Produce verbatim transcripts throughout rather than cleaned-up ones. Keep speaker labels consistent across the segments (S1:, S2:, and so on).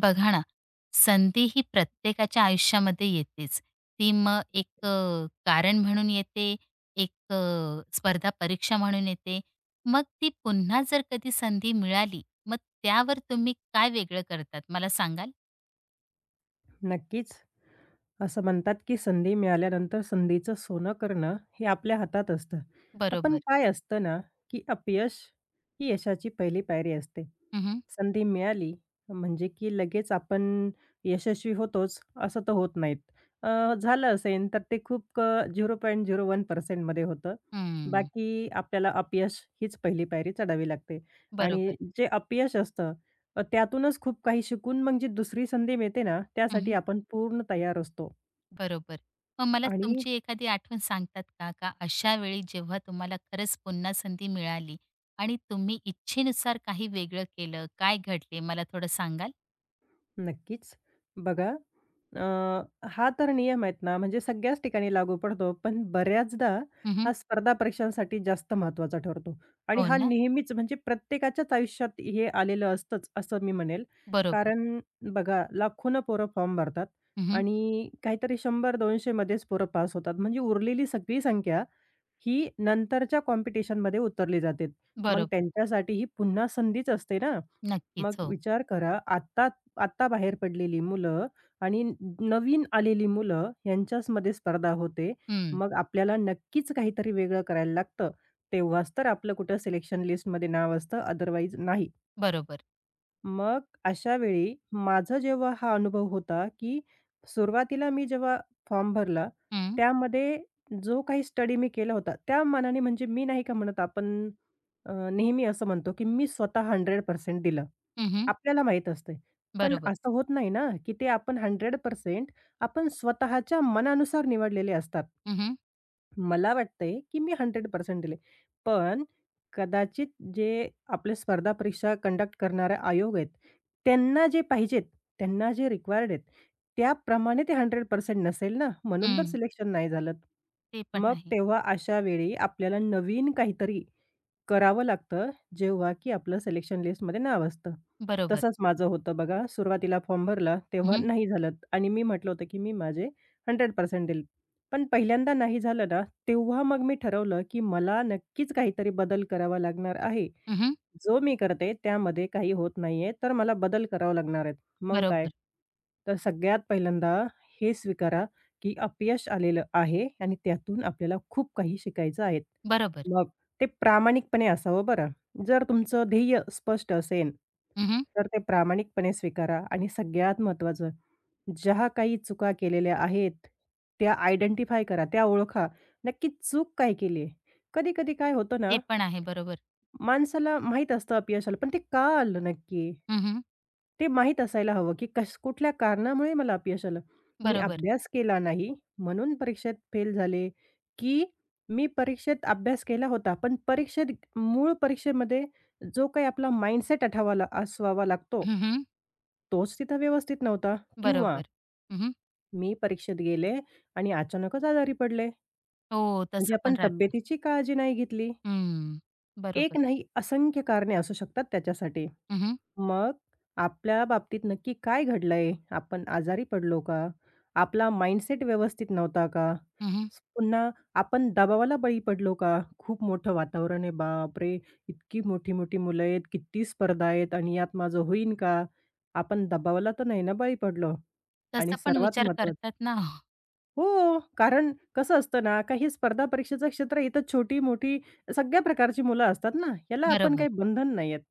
S1: बघा ना, संधी ही प्रत्येकाच्या आयुष्यामध्ये येतेच. ती मग एक अ, कारण म्हणून येते, एक अ, स्पर्धा परीक्षा म्हणून येते. मग ती पुन्हा जर कधी संधी मिळाली, मग त्यावर तुम्ही काय वेगळं करतात मला सांगाल?
S2: नक्कीच. असं म्हणतात, की संधी मिळाल्यानंतर संधीचं सोनं करणं हे आपल्या हातात असतं. अ,
S1: बरोबर.
S2: काय असतं ना, की अपयश ही यशाची पहिली पायरी असते.
S1: हं, हं.
S2: संधी मिळाली म्हणजे, की लगेच आपण यशस्वी होतोच असं तर होत नाहीत. अ, झालं असेल तर ते खूप अ, शून्य दशांश शून्य एक टक्के मध्ये होतं. बाकी आपल्याला अपयश हीच पहिली पायरी चढावी लागते आणि
S1: बरोबर.
S2: जे अपयश असतं अ, त्यातूनच खूप काही शिकून मग जी दुसरी संधी मिळते ना, त्यासाठी
S1: हं,
S2: आपण पूर्ण तयार असतो.
S1: बरोबर. मग मला
S2: आणि
S1: तुमची एखादी आठवण सांगतात का? का अशा वेळी जेव्हा तुम्हाला खरंच पुन्हा संधी मिळाली आणि तुम्ही इच्छेनुसार काही वेगळं केलं, काय घडले मला थोडं सांगाल?
S2: नक्कीच बघा अ, हा तर नियम आहेत ना, म्हणजे सगळ्याच ठिकाणी लागू पडतो. पण बऱ्याचदा
S1: हं,
S2: हा स्पर्धा परीक्षांसाठी जास्त महत्त्वाचा ठरतो. आणि
S1: हो
S2: हा
S1: ना.
S2: नेहमीच म्हणजे प्रत्येकाच्याच आयुष्यात हे आलेलं असतंच, असं मी म्हणेल.
S1: बरोबर.
S2: कारण बघा लाखोनं पोरं फॉर्म भरतात
S1: हं, हं.
S2: आणि काहीतरी शंभर दोनशे मध्येच पोरं पास होतात. म्हणजे उरलेली सगळी संख्या ही नंतरच्या कॉम्पिटिशनमध्ये उतरली जाते. मग
S1: बरोबर.
S2: त्यांच्यासाठी ही पुन्हा संधीच असते ना.
S1: नक्कीच.
S2: मग
S1: हो.
S2: विचार करा आत्ता आत्ता बाहेर पडलेली मुलं आणि नवीन आलेली मुलं यांच्याचमध्ये स्पर्धा होते.
S1: हं.
S2: मग आपल्याला नक्कीच काहीतरी वेगळं करायला लागतं. तेव्हाच तर आपलं कुठं सिलेक्शन लिस्टमध्ये नाव असतं, अदरवाईज नाही.
S1: बरोबर.
S2: मग अशा वेळी माझा जेव्हा हा अनुभव होता, की सुरुवातीला मी जेव्हा फॉर्म भरला,
S1: हं.
S2: त्यामध्ये जो काही स्टडी मी केला होता, त्या मानाने म्हणजे मी नाही का म्हणत आपण अ, नेहमी असं म्हणतो, की मी स्वतः शंभर टक्के दिलं.
S1: हं,
S2: आपल्याला माहीत असते. पण
S1: बरोबर.
S2: असं होत नाही ना, की ते आपण शंभर टक्के आपण स्वतःच्या मनानुसार निवडलेले असतात.
S1: हं, हं.
S2: मला वाटतंय, की मी शंभर टक्के दिले. पण कदाचित जे आपले स्पर्धा परीक्षा कंडक्ट करणारे आयोग आहेत, त्यांना जे पाहिजेत, त्यांना जे रिक्वायर्ड आहेत, त्याप्रमाणे ते शंभर टक्के नसेल ना, म्हणून तर सिलेक्शन नाही झालं.
S1: ते पण
S2: मग
S1: आहे.
S2: तेव्हा अशा वेळी आपल्याला नवीन काहीतरी करावं लागतं, जेव्हा की आपलं सिलेक्शन लिस्टमध्ये नाव असतं.
S1: बरोबर.
S2: तसंच माझं होतं बघा. सुरुवातीला फॉर्म भरला,
S1: हं,
S2: तेव्हा
S1: हं.
S2: नाही झालं आणि मी म्हटलं होतं, की मी माझे शंभर टक्के दिलेत. पण पहिल्यांदा नाही झालं ना, तेव्हा मग मी ठरवलं, की मला नक्कीच काहीतरी बदल करावा लागणार आहे. जो मी करते त्यामध्ये काही होत नाहीये, तर मला बदल करावा लागणार आहेत. मग काय?
S1: बरोबर.
S2: तर सगळ्यात पहिल्यांदा हे स्वीकारा, की अपयश आलेलं आहे आणि त्यातून आपल्याला खूप काही शिकायचं आहे.
S1: बरोबर.
S2: मग ते प्रामाणिकपणे असावं बरं. जर तुमचं ध्येय स्पष्ट असेल,
S1: हं,
S2: तर ते प्रामाणिकपणे स्वीकारा आणि सगळ्यात महत्त्वाचं ज्या काही चुका केलेल्या आहेत, त्या आयडेंटिफाय करा, त्या ओळखा. नक्की चूक काय केली आहे? कधी-कधी काय होतं ना,
S1: ते पण आहे. बरोबर.
S2: माणसाला माहीत असतं अपयश आलं, पण ते का आलं नक्की?
S1: हं,
S2: ते माहीत असायला हवं, की कश कुठल्या कारणामुळे मला अपयश आलं? मी
S1: बरोबर.
S2: अभ्यास केला नाही, म्हणून परीक्षेत फेल झाले, की मी परीक्षेत अभ्यास केला होता, पण परीक्षेत मूळ परीक्षेमध्ये जो काही आपला माइंडसेट आठवावा ला- असवावा लागतो,
S1: हं,
S2: तोच तिथं व्यवस्थित नव्हता किंवा
S1: बरोबर. हं,
S2: मी परीक्षेत गेले आणि अचानकच आजारी पडले.
S1: हो,
S2: म्हणजे
S1: तसं पण
S2: आपण
S1: राहतं.
S2: तब्येतीची काळजी नाही घेतली.
S1: हं.
S2: एक
S1: बरोबर.
S2: नाही, असंख्य कारणे असू शकतात त्याच्यासाठी.
S1: हं, हं.
S2: मग आपल्या बाबतीत नक्की काय घडलंय? आपण आजारी पडलो का? आपला माइंडसेट व्यवस्थित नव्हता का?
S1: हं,
S2: स- पुन्हा आपण दबावाला बळी पडलो का? खूप मोठं वातावरण आहे. बापरे! इतकी मोठी-मोठी मुलं आहेत, किती स्पर्धा आहेत आणि यात माझं होईन का? आपण दबावाला तर नाही ना बळी पडलो. आणि
S1: पण
S2: सर्वात
S1: विचार
S2: महत्त्वाचं
S1: करतात ना.
S2: हो, कारण कसं असतं ना, का हे स्पर्धा परीक्षेचं क्षेत्र इथं छोटी-मोठी सगळ्या प्रकारची मुलं असतात ना, याला आपण
S1: बरोबर.
S2: काही बंधन नाही आहेत.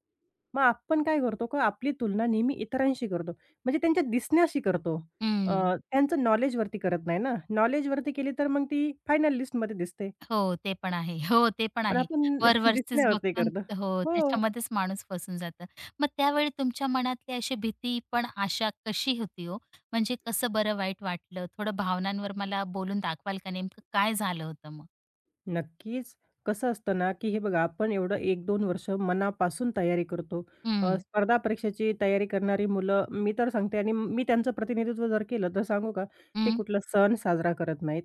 S2: मग आपण काय करतो का आपली तुलना नेहमी इतरांशी करतो. म्हणजे त्यांच्या दिसण्याशी करतो.
S1: हं.
S2: अ, त्यांचं नॉलेजवरती करत नाही ना. नॉलेजवरती केली तर मग ती फायनल लिस्टमध्ये दिसते.
S1: हो, ते पण आहे. हो, ते पण
S2: पण
S1: आहे.
S2: आपण
S1: वरवरचेच
S2: दिसण्यावरती
S1: बघतो
S2: करतो.
S1: आणि हो,
S2: हो.
S1: त्याच्यामध्येच माणूस फसून जातं. मग त्यावेळी तुमच्या मनातली अशी भीती पण आशा कशी होती हो? म्हणजे कसं बरं वाईट वाटलं? थोडं भावनांवर मला बोलून दाखवाल का नेमकं काय झालं होतं मग?
S2: नक्कीच. कसं असतं ना, की हे बघा आपण एवढं एक दोन वर्ष मनापासून तयारी करतो. अ,
S1: हं,
S2: स्पर्धा परीक्षेची तयारी करणारी मुलं मी तर सांगते आणि मी त्यांचं प्रतिनिधित्व जर केलं तर सांगू का, ते
S1: हं.
S2: कुठला सण साजरा करत नाहीत.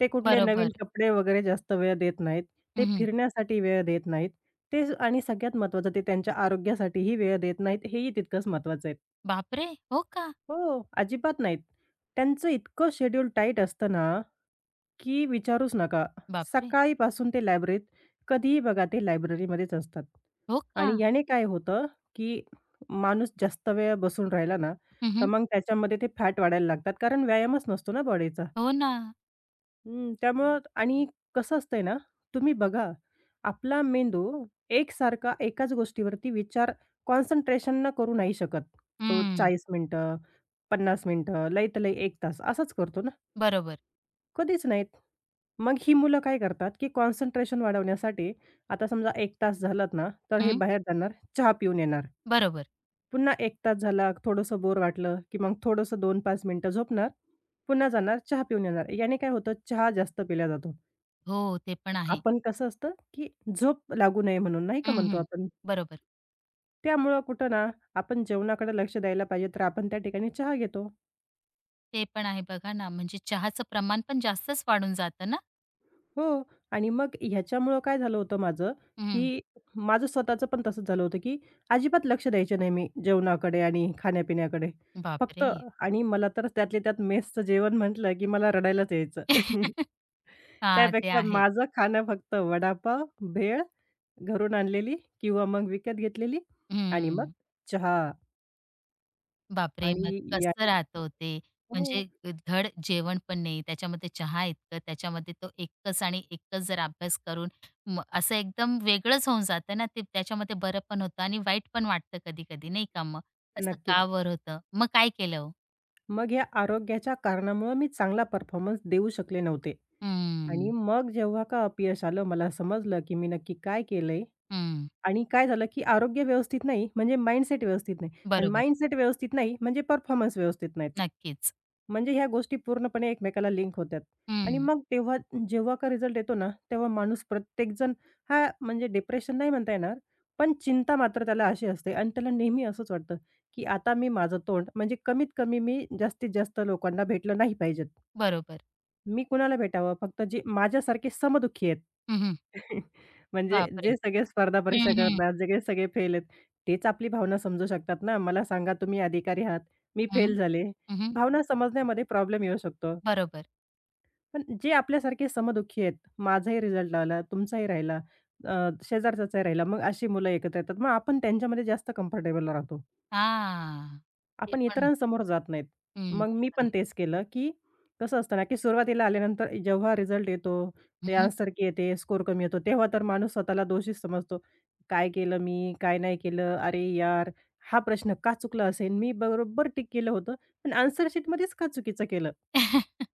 S2: ते कुठले नवीन
S1: बरोबर.
S2: कपडे वगैरे जास्त वेळ देत नाहीत. ते
S1: हं,
S2: फिरण्यासाठी वेळ देत नाहीत. ते आणि सगळ्यात महत्त्वाचं ते त्यांच्या आरोग्यासाठीही वेळ देत नाहीत हेही तितकंच महत्त्वाचं आहे.
S1: बापरे! हो का?
S2: हो, अजिबात नाहीत. त्यांचं इतकं शेड्यूल टाईट असतं ना की विचारूच नका.
S1: बापरे!
S2: सकाळीपासून ते लायब्ररीत कधीही बघा ते लायब्ररीमध्येच असतात.
S1: हो का?
S2: आणि याने काय होतं, की माणूस जास्त वेळ बसून राहिला ना, तर
S1: हं,
S2: मग त्याच्यामध्ये ते फॅट वाढायला लागतात. कारण व्यायामच नसतो ना बॉडीचा.
S1: हो ना.
S2: हं, त्यामुळं आणि कसं असतंय ना, तुम्ही बघा आपला मेंदू एकसारखा एकाच गोष्टीवरती विचार कॉन्सन्ट्रेशन न करू नाही शकत. तो
S1: हं.
S2: चाळीस मिनिटं, पन्नास मिनिटं, लईत लई एक तास असाच करतो ना,
S1: बरोबर.
S2: कधीच नाही. मग ही मुलं काय करतात, की कॉन्सन्ट्रेशन वाढवण्यासाठी आता समजा एक तास झालात ना, तर हे
S1: हं.
S2: बाहेर जाणार, चहा पिऊन येणार.
S1: बरोबर.
S2: पुन्हा एक तास झाला, थोडंसं बोर वाटलं, की मग थोडंसं दोन ते पाच मिनिटं झोपणार, पुन्हा जाणार, चहा पिऊन येणार. याने काय होतं, चहा जास्त पिला जातो.
S1: हो, ते पण आहे.
S2: आपण कसं असतं, की झोप लागू नये म्हणून, नाही का म्हणतो
S1: हं,
S2: आपण.
S1: बरोबर.
S2: त्यामुळं कुठं ना, आपण जेवणाकडे लक्ष द्यायला पाहिजे, तर आपण त्या ठिकाणी चहा घेतो.
S1: ते पण आहे बघा ना, म्हणजे चहाचं प्रमाण पण जास्तच वाढून जातं ना?
S2: हो आणि मग ह्याच्यामुळं काय झालं होतं माझं,
S1: हं.
S2: की माझं स्वतःचं पण तसंच झालं होतं, की अजिबात लक्ष द्यायचे नाही मी जेवणाकडे आणि खाण्यापिण्याकडे. फक्त
S1: बापरे!
S2: आणि मला तर त्यातल्या त्यात मेसचं जेवण म्हटलं, की मला रडायलाच यायचं.
S1: हां, ते
S2: त्यापेक्षा
S1: आहे.
S2: माझं खाणं फक्त वडापाव, भेळ घरून आणलेली किंवा मग विकत घेतलेली आणि मग
S1: हं.
S2: चहा
S1: बापरे! मग
S2: आणि
S1: कसं
S2: याने
S1: राहतं हो ते?
S2: हो,
S1: म्हणजे धड जेवण पण नाही, त्याच्यामध्ये चहा इतकं, त्याच्यामध्ये तो एकच आणि एकच जर अभ्यास करून मग असं एकदम वेगळंच होऊन जातं ना ते. त्याच्यामध्ये बरं पण होतं आणि वाईट पण वाटतं कधी-कधी नाही का मग? असं
S2: नक्कीच.
S1: का बरं होतं? मग काय केलं ओ?
S2: मग या आरोग्याच्या कारणामुळं मी चांगला परफॉर्मन्स देऊ शकले नव्हते आणि
S1: हं,
S2: मग जेव्हा का अपयश आलं, मला समजलं की मी नक्की काय केलंय
S1: हं.
S2: आणि काय झालं, की आरोग्य व्यवस्थित नाही म्हणजे माइंडसेट व्यवस्थित नाही आणि
S1: बरोबर.
S2: माइंडसेट व्यवस्थित नाही म्हणजे परफॉर्मन्स व्यवस्थित नाहीत.
S1: नक्कीच.
S2: म्हणजे ह्या गोष्टी पूर्णपणे एकमेकाला लिंक होतात आणि
S1: हं.
S2: मग तेव्हा जेव्हा का रिझल्ट येतो ना, तेव्हा माणूस प्रत्येकजण हा म्हणजे डिप्रेशन नाही म्हणता येणार, पण चिंता मात्र त्याला अशी असते आणि त्याला नेहमी असंच वाटतं, की आता मी माझं तोंड म्हणजे कमीत कमी मी जास्तीत जास्त लोकांना भेटलं नाही पाहिजेत.
S1: बरोबर.
S2: मी कुणाला भेटावं? फक्त जे माझ्यासारखे समदुःखी आहेत.
S1: हं,
S2: म्हणजे
S1: बापरे!
S2: जे सगळे स्पर्धा
S1: हं,
S2: परीक्षा
S1: हं.
S2: करतात, जे काही सगळे फेल आहेत, तेच आपली भावना समजू शकतात ना. मला सांगा तुम्ही अधिकारी आहात, मी फेल
S1: हं,
S2: झाले.
S1: हं, हं.
S2: भावना समजण्यामध्ये प्रॉब्लेम येऊ शकतो.
S1: बरोबर.
S2: पण जे आपल्यासारखे समदुःखी आहेत, माझाही रिझल्ट लागला, तुमचाही राहिला, अ, शेजारचाचाही राहिला, मग अशी मुलं एकत्र येतात. मग आपण त्यांच्यामध्ये जास्त कम्फर्टेबल राहतो.
S1: हां. ते
S2: आपण
S1: पण होतं.
S2: इतरांसमोर जात नाहीत.
S1: हं,
S2: मग
S1: ते
S2: मी
S1: पण
S2: पण
S1: आहे.
S2: तेच केलं, की कसं असतं ना, की सुरुवातीला आल्यानंतर जेव्हा रिझल्ट येतो,
S1: हं,
S2: ते
S1: हं.
S2: आन्सर की येते, स्कोर कमी येतो, तेव्हा तर माणूस स्वतःला दोषीच समजतो. काय केलं मी? काय नाही केलं? अरे यार! हा प्रश्न का चुकला असेल? मी बरोबर टिक केलं होतं, पण आन्सर शीटमध्येच का चुकीचं केलं?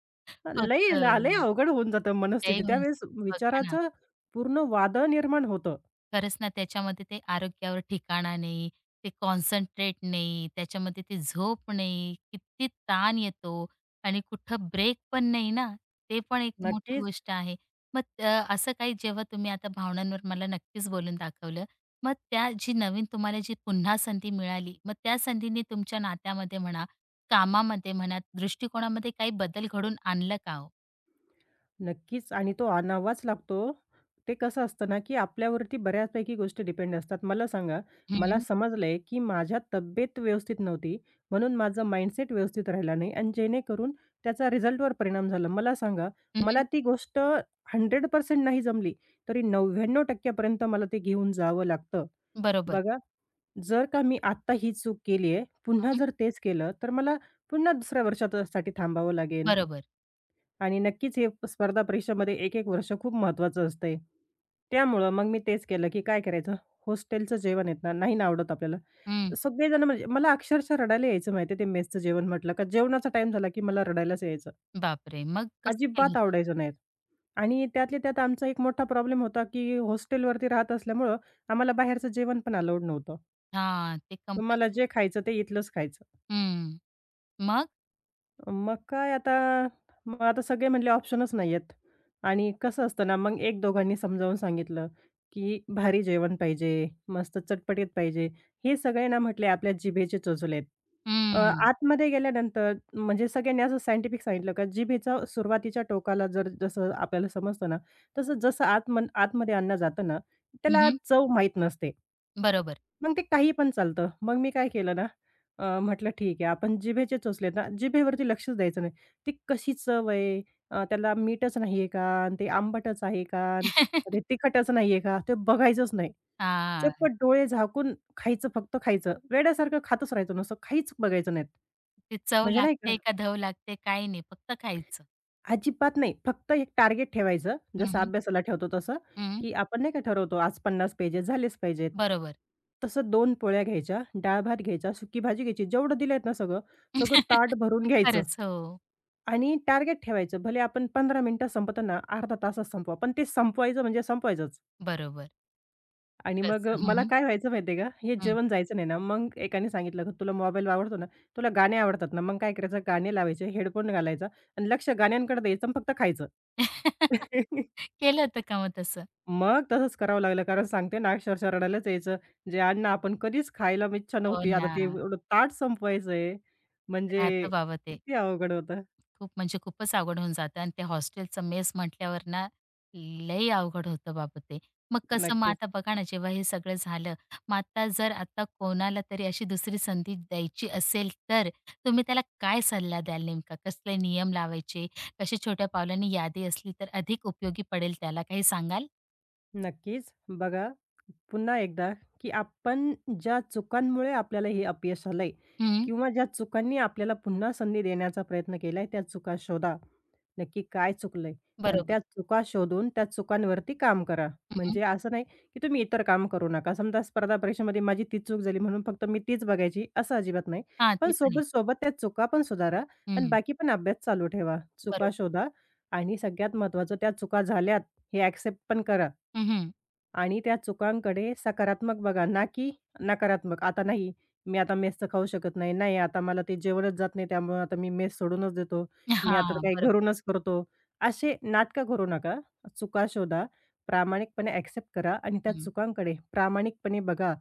S2: लय
S1: होतं.
S2: लय अवघड होऊन जातं
S1: ते
S2: मनस्थिती. त्यावेळेस
S1: म्हणजे बघा ना
S2: विचाराचं पूर्ण वादळ निर्माण होतं.
S1: खरंच ना, त्याच्यामध्ये ते आरोग्यावर ठिकाणा नाही, ते कॉन्सन्ट्रेट नाही, त्याच्यामध्ये ते झोप नाही, किती ताण येतो आणि कुठं ब्रेक पण नाही ना, ते पण एक मोठी
S2: नक्कीच.
S1: गोष्ट आहे. मग अ, असं काही जेव्हा तुम्ही आता भावनांवर मला नक्कीच बोलून दाखवलं. मग त्या जी नवीन तुम्हाला जी पुन्हा संधी मिळाली, मग त्या संधीने तुमच्या नात्यामध्ये म्हणा, कामामध्ये म्हणा, दृष्टिकोनामध्ये काही बदल घडवून आणलं का हो?
S2: नक्कीच आणि तो आणावाच लागतो. ते कसं असतं ना, की आपल्यावरती बऱ्याचपैकी गोष्टी डिपेंड असतात. मला सांगा, मला
S1: हं,
S2: समजलंय, की माझ्या तब्येत व्यवस्थित नव्हती, म्हणून माझं माइंडसेट व्यवस्थित राहिला नाही आणि जेणेकरून त्याचा रिझल्टवर परिणाम झाला. मला सांगा,
S1: हं,
S2: मला ती गोष्ट शंभर टक्के नाही जमली, तरी नव्याण्णव टक्के पर्यंत मला ते घेऊन जावं लागतं.
S1: बरोबर.
S2: बघा, जर का मी आत्ता ही चूक केली आहे, पुन्हा
S1: हं,
S2: जर तेच केलं, तर मला पुन्हा दुसऱ्या वर्षासाठी थांबावं लागेल.
S1: बरोबर.
S2: आणि नक्कीच हे स्पर्धा परीक्षामध्ये एक-एक वर्ष खूप महत्त्वाचं असतंय. त्यामुळं मग मी तेच केलं, की काय करायचं, हॉस्टेलचं जेवण आहेत ना, नाही ना आवडत आपल्याला.
S1: हं,
S2: सगळेजण म्हणजे मला अक्षरशः रडायला यायचं माहिती आहे ते मेसचं जेवण म्हटलं का जेवणाचा टाईम झाला, की मला रडायलाच यायचं.
S1: बापरे! मग कसं
S2: अजिबात
S1: केलं
S2: आवडायचं नाहीत. आणि त्यातल्या त्यात आमचा एक मोठा प्रॉब्लेम होता, की हॉस्टेलवरती राहत असल्यामुळं आम्हाला बाहेरचं जेवण पण अलाऊड नव्हतं.
S1: हां, ते
S2: मला
S1: कंपल्सरी.
S2: जे खायचं ते इथलंच खायचं.
S1: हं. मग?
S2: मग काय आता मग आता सगळे म्हटले ऑप्शनच नाहीयेत आणि कसं असतं ना, मग एक दोघांनी समजावून सांगितलं, की भारी जेवण पाहिजे, मस्त चटपटीत पाहिजे. हे सगळे ना म्हटले आपल्या जिभेचे चोचले आहेत. अ,
S1: हं.
S2: आतमध्ये गेल्यानंतर म्हणजे सगळ्यांनी असं सायंटिफिक सांगितलं का जिभेचा सुरुवातीच्या टोकाला जर जसं आपल्याला समजतं ना, तसं जसं आत आतमध्ये अन्न जातं ना, त्याला
S1: हं,
S2: चव माहीत नसते.
S1: बरोबर.
S2: मग ते काही पण चालतं. मग मी काय केलं ना, अ, म्हटलं ठीक आहे आपण जिभेचे चोचलेत ना, जिभेवरती लक्षच द्यायचं नाही. ती कशी चव आहे? अ, त्याला मीठच नाहीये का? अन् ते आंबटच आहे का? अन् ते तिखटच नाहीये का? ते बघायचंच नाही. चक्क
S1: हां.
S2: डोळे झाकून खायचं, फक्त खायचं. वेड्यासारखं खातच राहायचं. नुसतं काहीच बघायचं नाहीत.
S1: ती चव
S2: म्हणजे नाही का?
S1: लागते का धव लागते काही नाही, फक्त खायचं.
S2: अजिबात नाही. फक्त एक टार्गेट ठेवायचं,
S1: हं,
S2: जसं
S1: हं.
S2: अभ्यासाला ठेवतो तसं, की आपण नाही का ठरवतो आज पन्नास पेजेस झालेच पाहिजेत.
S1: बरोबर.
S2: तसं दोन पोळ्या घ्यायच्या, डाळ-भात घ्यायचा, सुकी भाजी घ्यायची. जेवढं दिलंय ना सगळं, सगळं ताट भरून घ्यायचं
S1: खरंच. हो.
S2: आणि टार्गेट ठेवायचं. भले आपण पंधरा मिनिटात संपवतो ना, अर्धा तासात संपवा, पण ते संपवायचं म्हणजे संपवायचंच.
S1: बरोबर.
S2: आणि मग अ,
S1: तसं. हं,
S2: मला
S1: हं.
S2: काय व्हायचं माहिती आहे का, हे
S1: हं.
S2: जेवण जायचं नाही ना, मग एकाने सांगितलं की "तुला मोबाईल आवडतो ना, तुला गाणे आवडतात ना." मग काय करायचं, गाणे लावायचे, हेडफोन घालायचा आणि लक्ष गाण्यांकडे द्यायचं आणि फक्त खायचं.
S1: केलं होतं का मग तसं?
S2: मग तसंच करावं लागलं, कारण सांगते ना, अक्षरशः रडायलाच यायचं. जे अन्न आपण कधीच खायला इच्छा
S1: हो
S2: नव्हती, आता
S1: ना.
S2: ते एवढं ताट संपवायचंय, म्हणजे
S1: राहतं बाबा ते.
S2: किती अवघड होतं.
S1: खूप म्हणजे खूपच अवघड होऊन जातं आणि ते हॉस्टेलचं मेस म्हटल्यावर ना लई अवघड होतं बाबा ते. मग कसं मग
S2: नक्कीच.
S1: आता बघा ना जेव्हा हे सगळं झालं, मग आता जर आता कोणाला तरी अशी दुसरी संधी द्यायची असेल तर तुम्ही त्याला काय सल्ला द्याल नेमका? कसले नियम लावायचे? कशी छोट्या पावलांनी यादी असली तर अधिक उपयोगी पडेल त्याला काही सांगाल?
S2: नक्कीच. बघा, पुन्हा एकदा, की आपण ज्या चुकांमुळे आपल्याला हे अपयश आलंय
S1: हं,
S2: किंवा ज्या चुकांनी आपल्याला पुन्हा संधी देण्याचा प्रयत्न केलाय, त्या चुका शोधा. नक्की काय चुकलंय? आणि
S1: बरोबर.
S2: त्या चुका शोधून त्या चुकांवरती काम करा.
S1: हं, हं.
S2: म्हणजे असं नाही, की तुम्ही इतर काम करू नका. समजा स्पर्धा परीक्षेमध्ये माझी तीच चूक झाली म्हणून फक्त मी तीच बघायची, असं अजिबात नाही. पण
S1: ते पण आहे.
S2: सोबत-सोबत त्या चुका पण सुधारा आणि
S1: हं,
S2: बाकी पण अभ्यास चालू ठेवा. चुका
S1: बरोबर.
S2: शोधा आणि सगळ्यात महत्त्वाचं त्या चुका झाल्यात हे ॲक्सेप्ट पण करा.
S1: हं, हं.
S2: आणि त्या चुकांकडे सकारात्मक बघा, ना की नकारात्मक. आता नाही, मी आता मेसचं खाऊ शकत नाही. नाही, आता मला ते जेवणच जात नाही, त्यामुळे आता मी मेस सोडूनच देतो. मी आता काही
S1: बरोबर.
S2: घरूनच करतो. असे नाटकं करू नका. चुका शोधा, प्रामाणिकपणे ॲक्सेप्ट करा आणि त्या
S1: हं,
S2: चुकांकडे प्रामाणिकपणे बघा.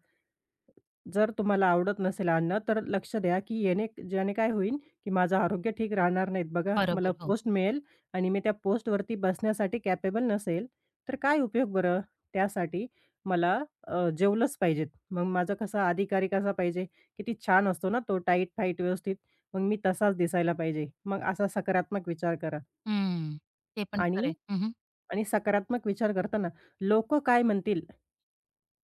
S2: जर तुम्हाला आवडत नसेल अन्न, तर लक्ष द्या, की याने ज्याने काय होईल, की माझं आरोग्य ठीक राहणार नाहीत. बघा, मला
S1: बरोबर. हो.
S2: पोस्ट मिळेल आणि मी त्या पोस्टवरती बसण्यासाठी कॅपेबल नसेल, तर काय उपयोग बरं? त्यासाठी मला अ, जेवलंच पाहिजेत. मग माझा कसा अधिकारी कसा पाहिजे? किती छान असतो ना तो टाईट-फाईट व्यवस्थित. मग मी तसाच दिसायला पाहिजे. मग असा सकारात्मक विचार करा
S1: हं, ते पण
S2: आणि
S1: खरं हं, हं.
S2: आणि सकारात्मक विचार करताना लोकं काय म्हणतील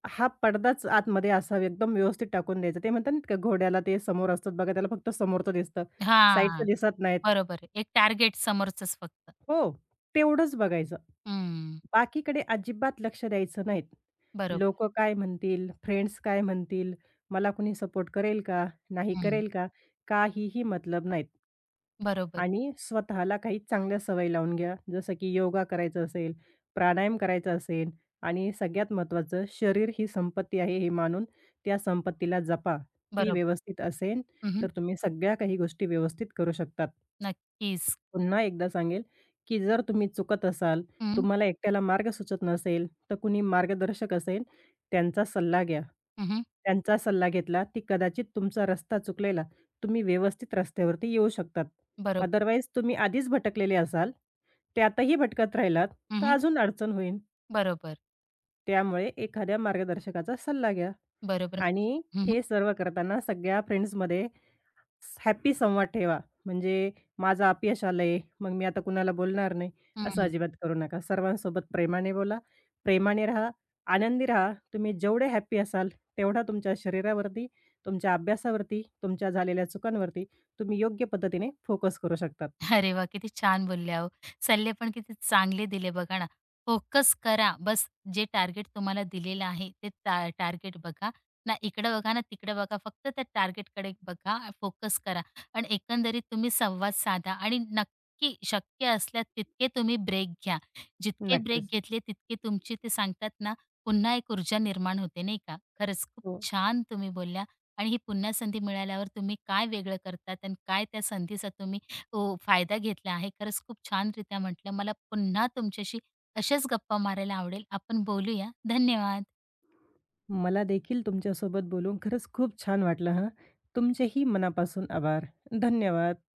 S2: हा पडदाच आतमध्ये असावा, एकदम व्यवस्थित टाकून द्यायचं. ते म्हणतात ना, का घोड्याला ते समोर असतात बघा, त्याला फक्त समोरचं दिसतं, साईडचं दिसत नाहीत.
S1: बरोबर आहे. एक टार्गेट समोरचंच फक्त.
S2: हो, तेवढंच बघायचं.
S1: हं.
S2: बाकीकडे अजिबात लक्ष द्यायचं नाहीत.
S1: बरोबर.
S2: लोकं काय म्हणतील? फ्रेंड्स काय म्हणतील? मला कुणी सपोर्ट करेल का? नाही
S1: हं.
S2: करेल का? काहीही मतलब नाहीत.
S1: बरोबर,
S2: आणि स्वतःला काही चांगल्या सवयी लावून घ्या. जसं की योगा करायचं असेल, प्राणायाम करायचा असेल आणि सगळ्यात महत्त्वाचं शरीर ही संपत्ती आहे हे मानून त्या संपत्तीला जपा. ती
S1: बरोबर.
S2: व्यवस्थित असेल,
S1: हं,
S2: तर तुम्ही सगळ्या काही गोष्टी व्यवस्थित करू शकतात.
S1: नक्कीच.
S2: पुन्हा एकदा सांगेल, की जर तुम्ही चुकत असाल,
S1: हं,
S2: तुम्हाला एकट्याला मार्ग सुचत नसेल, तर कुणी मार्गदर्शक असेल त्यांचा सल्ला घ्या.
S1: हं,
S2: त्यांचा सल्ला घेतला, की कदाचित तुमचा रस्ता चुकलेला तुम्ही व्यवस्थित रस्त्यावरती येऊ शकतात.
S1: बरोबर.
S2: अदरवाईज तुम्ही आधीच भटकलेले असाल, त्यातही भटकत राहिलात, तर
S1: हं,
S2: अजून अडचण होईल.
S1: बरोबर,
S2: त्यामुळे एखाद्या मार्गदर्शकाचा सल्ला घ्या
S1: बरोबर.
S2: आणि
S1: म्हणजे. हं,
S2: हे सर्व करताना सगळ्या फ्रेंड्समध्ये हॅपी संवाद ठेवा. म्हणजे माझं अपयश आलंय, मग मी आता कुणाला बोलणार नाही, असं
S1: हं.
S2: अजिबात करू नका. सर्वांसोबत प्रेमाने बोला, प्रेमाने राहा, आनंदी राहा. तुम्ही जेवढे हॅपी असाल, तेवढा तुमच्या शरीरावरती, तुमच्या अभ्यासावरती, तुमच्या झालेल्या चुकांवरती तुम्ही योग्य पद्धतीने फोकस करू शकतात.
S1: अरे वाह! किती छान बोलल्या हो. सल्ले पण किती चांगले दिले बघा ना. फोकस करा. बस जे टार्गेट तुम्हाला दिलेलं आहे ते टार्गेट बघा. ना इकडं बघा ना तिकडं बघा. फक्त त्या टार्गेटकडे बघा, फोकस करा आणि एकंदरीत तुम्ही संवाद साधा आणि नक्की शक्य असल्यास तितके तुम्ही ब्रेक घ्या. जितके ब्रेक
S2: नक्कीच.
S1: घेतले तितके तुमची ते सांगतात ना, पुन्हा एक ऊर्जा निर्माण होते नाही का. खरंच खूप
S2: हो.
S1: छान तुम्ही बोलल्या आणि ही पुन्हा संधी मिळाल्यावर तुम्ही काय वेगळं करतात आणि काय त्या संधीचा तुम्ही हो, फायदा घेतला आहे. खरंच खूप छान रित्या म्हटलं. मला पुन्हा तुमच्याशी अशाच गप्पा मारायला आवडेल. आपण बोलूया. धन्यवाद.
S2: मला देखील तुमच्यासोबत बोलून खरंच खूप छान वाटलं हं. तुमचेही मनापासून आभार. धन्यवाद.